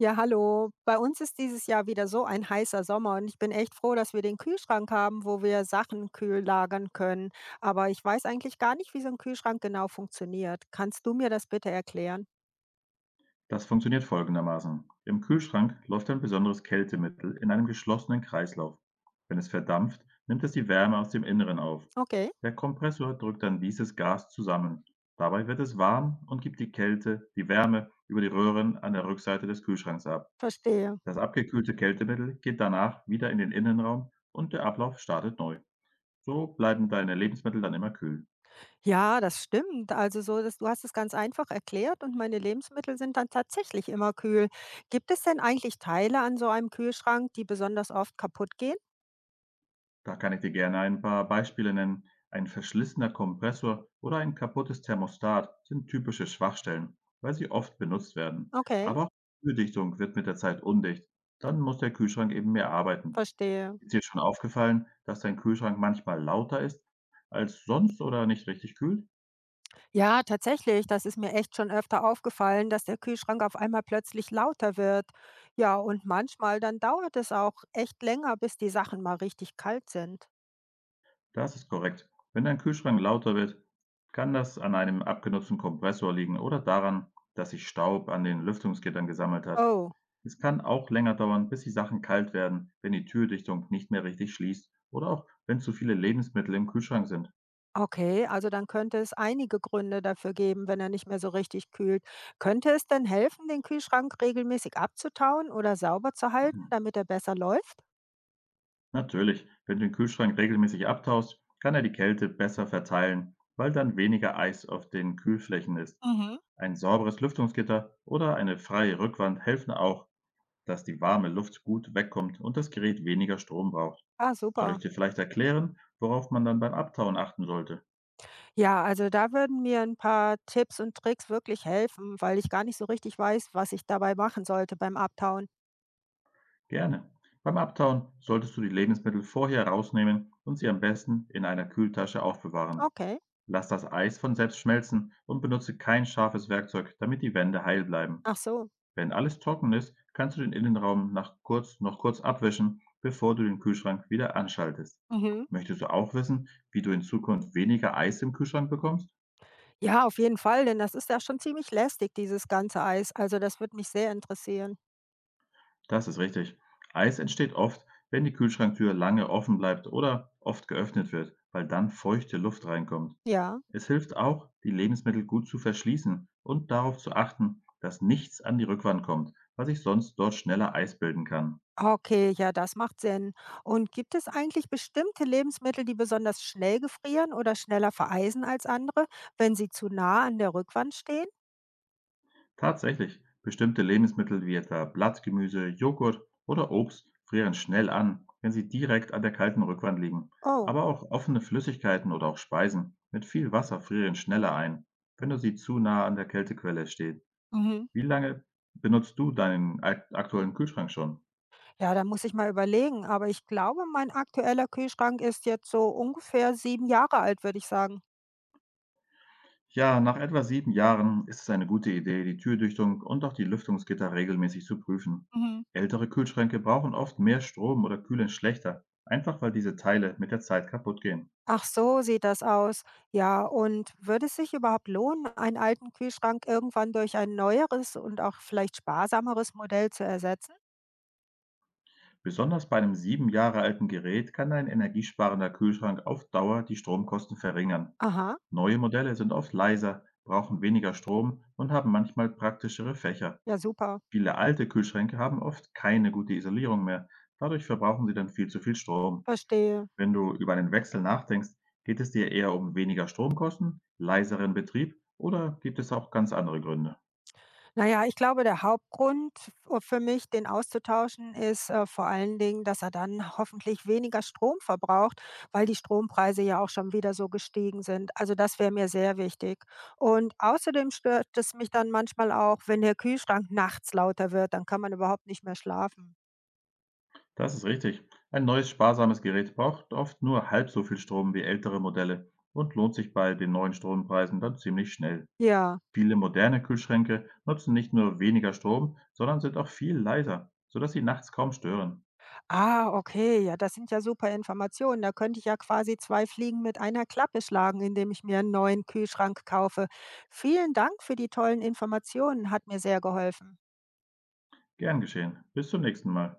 Ja, hallo. Bei uns ist dieses Jahr wieder so ein heißer Sommer und ich bin echt froh, dass wir den Kühlschrank haben, wo wir Sachen kühl lagern können. Aber ich weiß eigentlich gar nicht, wie so ein Kühlschrank genau funktioniert. Kannst du mir das bitte erklären? Das funktioniert folgendermaßen: Im Kühlschrank läuft ein besonderes Kältemittel in einem geschlossenen Kreislauf. Wenn es verdampft, nimmt es die Wärme aus dem Inneren auf. Okay, Der Kompressor drückt dann dieses Gas zusammen. Dabei wird es warm und gibt die Kälte die Wärme über die Röhren an der Rückseite des Kühlschranks ab. verstehe. Das abgekühlte Kältemittel geht danach wieder in den Innenraum und der Ablauf startet neu. So bleiben deine Lebensmittel dann immer kühl. Ja, das stimmt. Also so, dass du hast es ganz einfach erklärt und meine Lebensmittel sind dann tatsächlich immer kühl. Gibt es denn eigentlich Teile an so einem Kühlschrank, die besonders oft kaputt gehen? Da kann ich dir gerne ein paar Beispiele nennen. Ein verschlissener Kompressor oder ein kaputtes Thermostat sind typische Schwachstellen, weil sie oft benutzt werden. Okay, Aber auch die Kühldichtung wird mit der Zeit undicht. Dann muss der Kühlschrank eben mehr arbeiten. verstehe. Ist dir schon aufgefallen, dass dein Kühlschrank manchmal lauter ist als sonst oder nicht richtig kühlt? Ja, tatsächlich, das ist mir echt schon öfter aufgefallen, dass der Kühlschrank auf einmal plötzlich lauter wird. Ja, und manchmal dann dauert es auch echt länger, bis die Sachen mal richtig kalt sind. Das ist korrekt. Wenn dein Kühlschrank lauter wird, kann das an einem abgenutzten Kompressor liegen oder daran, dass sich Staub an den Lüftungsgittern gesammelt hat. Oh, Es kann auch länger dauern, bis die Sachen kalt werden, wenn die Türdichtung nicht mehr richtig schließt oder auch wenn zu viele Lebensmittel im Kühlschrank sind. okay, also dann könnte es einige Gründe dafür geben, wenn er nicht mehr so richtig kühlt. Könnte es denn helfen, den Kühlschrank regelmäßig abzutauen oder sauber zu halten, damit er besser läuft? Natürlich, wenn du den Kühlschrank regelmäßig abtaust, kann er die Kälte besser verteilen, weil dann weniger Eis auf den Kühlflächen ist. Mhm. Ein sauberes Lüftungsgitter oder eine freie Rückwand helfen auch, dass die warme Luft gut wegkommt und das Gerät weniger Strom braucht. Ah, Soll ich super. dir vielleicht erklären, worauf man dann beim Abtauen achten sollte? Ja, also da würden mir ein paar Tipps und Tricks wirklich helfen, weil ich gar nicht so richtig weiß, was ich dabei machen sollte beim Abtauen. Gerne. Beim Abtauen solltest du die Lebensmittel vorher rausnehmen und sie am besten in einer Kühltasche aufbewahren. Okay. Lass das Eis von selbst schmelzen und benutze kein scharfes Werkzeug, damit die Wände heil bleiben. Ach so. Wenn alles trocken ist, kannst du den Innenraum noch kurz abwischen, bevor du den Kühlschrank wieder anschaltest. Mhm. Möchtest du auch wissen, wie du in Zukunft weniger Eis im Kühlschrank bekommst? Ja, auf jeden Fall, denn das ist ja schon ziemlich lästig, dieses ganze Eis. Also, das würde mich sehr interessieren. Das ist richtig. Eis entsteht oft, wenn die Kühlschranktür lange offen bleibt oder oft geöffnet wird, weil dann feuchte Luft reinkommt. Ja. Es hilft auch, die Lebensmittel gut zu verschließen und darauf zu achten, dass nichts an die Rückwand kommt, was sich sonst dort schneller Eis bilden kann. Okay, ja, das macht Sinn. Und gibt es eigentlich bestimmte Lebensmittel, die besonders schnell gefrieren oder schneller vereisen als andere, wenn sie zu nah an der Rückwand stehen? Tatsächlich, bestimmte Lebensmittel wie etwa Blattgemüse, Joghurt oder Obst frieren schnell an, wenn sie direkt an der kalten Rückwand liegen. Oh. Aber auch offene Flüssigkeiten oder auch Speisen mit viel Wasser frieren schneller ein, wenn du sie zu nah an der Kältequelle stehst. Mhm. Wie lange benutzt du deinen aktuellen Kühlschrank schon? Ja, da muss ich mal überlegen, aber ich glaube, mein aktueller Kühlschrank ist jetzt so ungefähr 7 Jahre alt, würde ich sagen. Ja, nach etwa 7 Jahren ist es eine gute Idee, die Türdichtung und auch die Lüftungsgitter regelmäßig zu prüfen. Mhm. Ältere Kühlschränke brauchen oft mehr Strom oder kühlen schlechter, einfach weil diese Teile mit der Zeit kaputt gehen. Ach so, sieht das aus. Ja, und würde es sich überhaupt lohnen, einen alten Kühlschrank irgendwann durch ein neueres und auch vielleicht sparsameres Modell zu ersetzen? Besonders bei einem 7 Jahre alten Gerät kann ein energiesparender Kühlschrank auf Dauer die Stromkosten verringern. Aha, Neue Modelle sind oft leiser, brauchen weniger Strom und haben manchmal praktischere Fächer. ja super, Viele alte Kühlschränke haben oft keine gute Isolierung mehr, dadurch verbrauchen sie dann viel zu viel Strom. verstehe. Wenn du über einen Wechsel nachdenkst, geht es dir eher um weniger Stromkosten, leiseren Betrieb oder gibt es auch ganz andere Gründe? Na ja, ich glaube, der Hauptgrund f für mich, den auszutauschen, ist, vor allen Dingen, dass er dann hoffentlich weniger Strom verbraucht, weil die Strompreise ja auch schon wieder so gestiegen sind. Also, das wäre mir sehr wichtig. Und außerdem stört es mich dann manchmal auch, wenn der Kühlschrank nachts lauter wird, dann kann man überhaupt nicht mehr schlafen. Das ist richtig. Ein neues sparsames Gerät braucht oft nur halb so viel Strom wie ältere Modelle und lohnt sich bei den neuen Strompreisen dann ziemlich schnell. Ja. Viele moderne Kühlschränke nutzen nicht nur weniger Strom, sondern sind auch viel leiser, sodass sie nachts kaum stören. Ah, okay, ja, das sind ja super Informationen. Da könnte ich ja quasi zwei Fliegen mit einer Klappe schlagen, indem ich mir einen neuen Kühlschrank kaufe. Vielen Dank für die tollen Informationen, hat mir sehr geholfen. Gern geschehen. Bis zum nächsten Mal.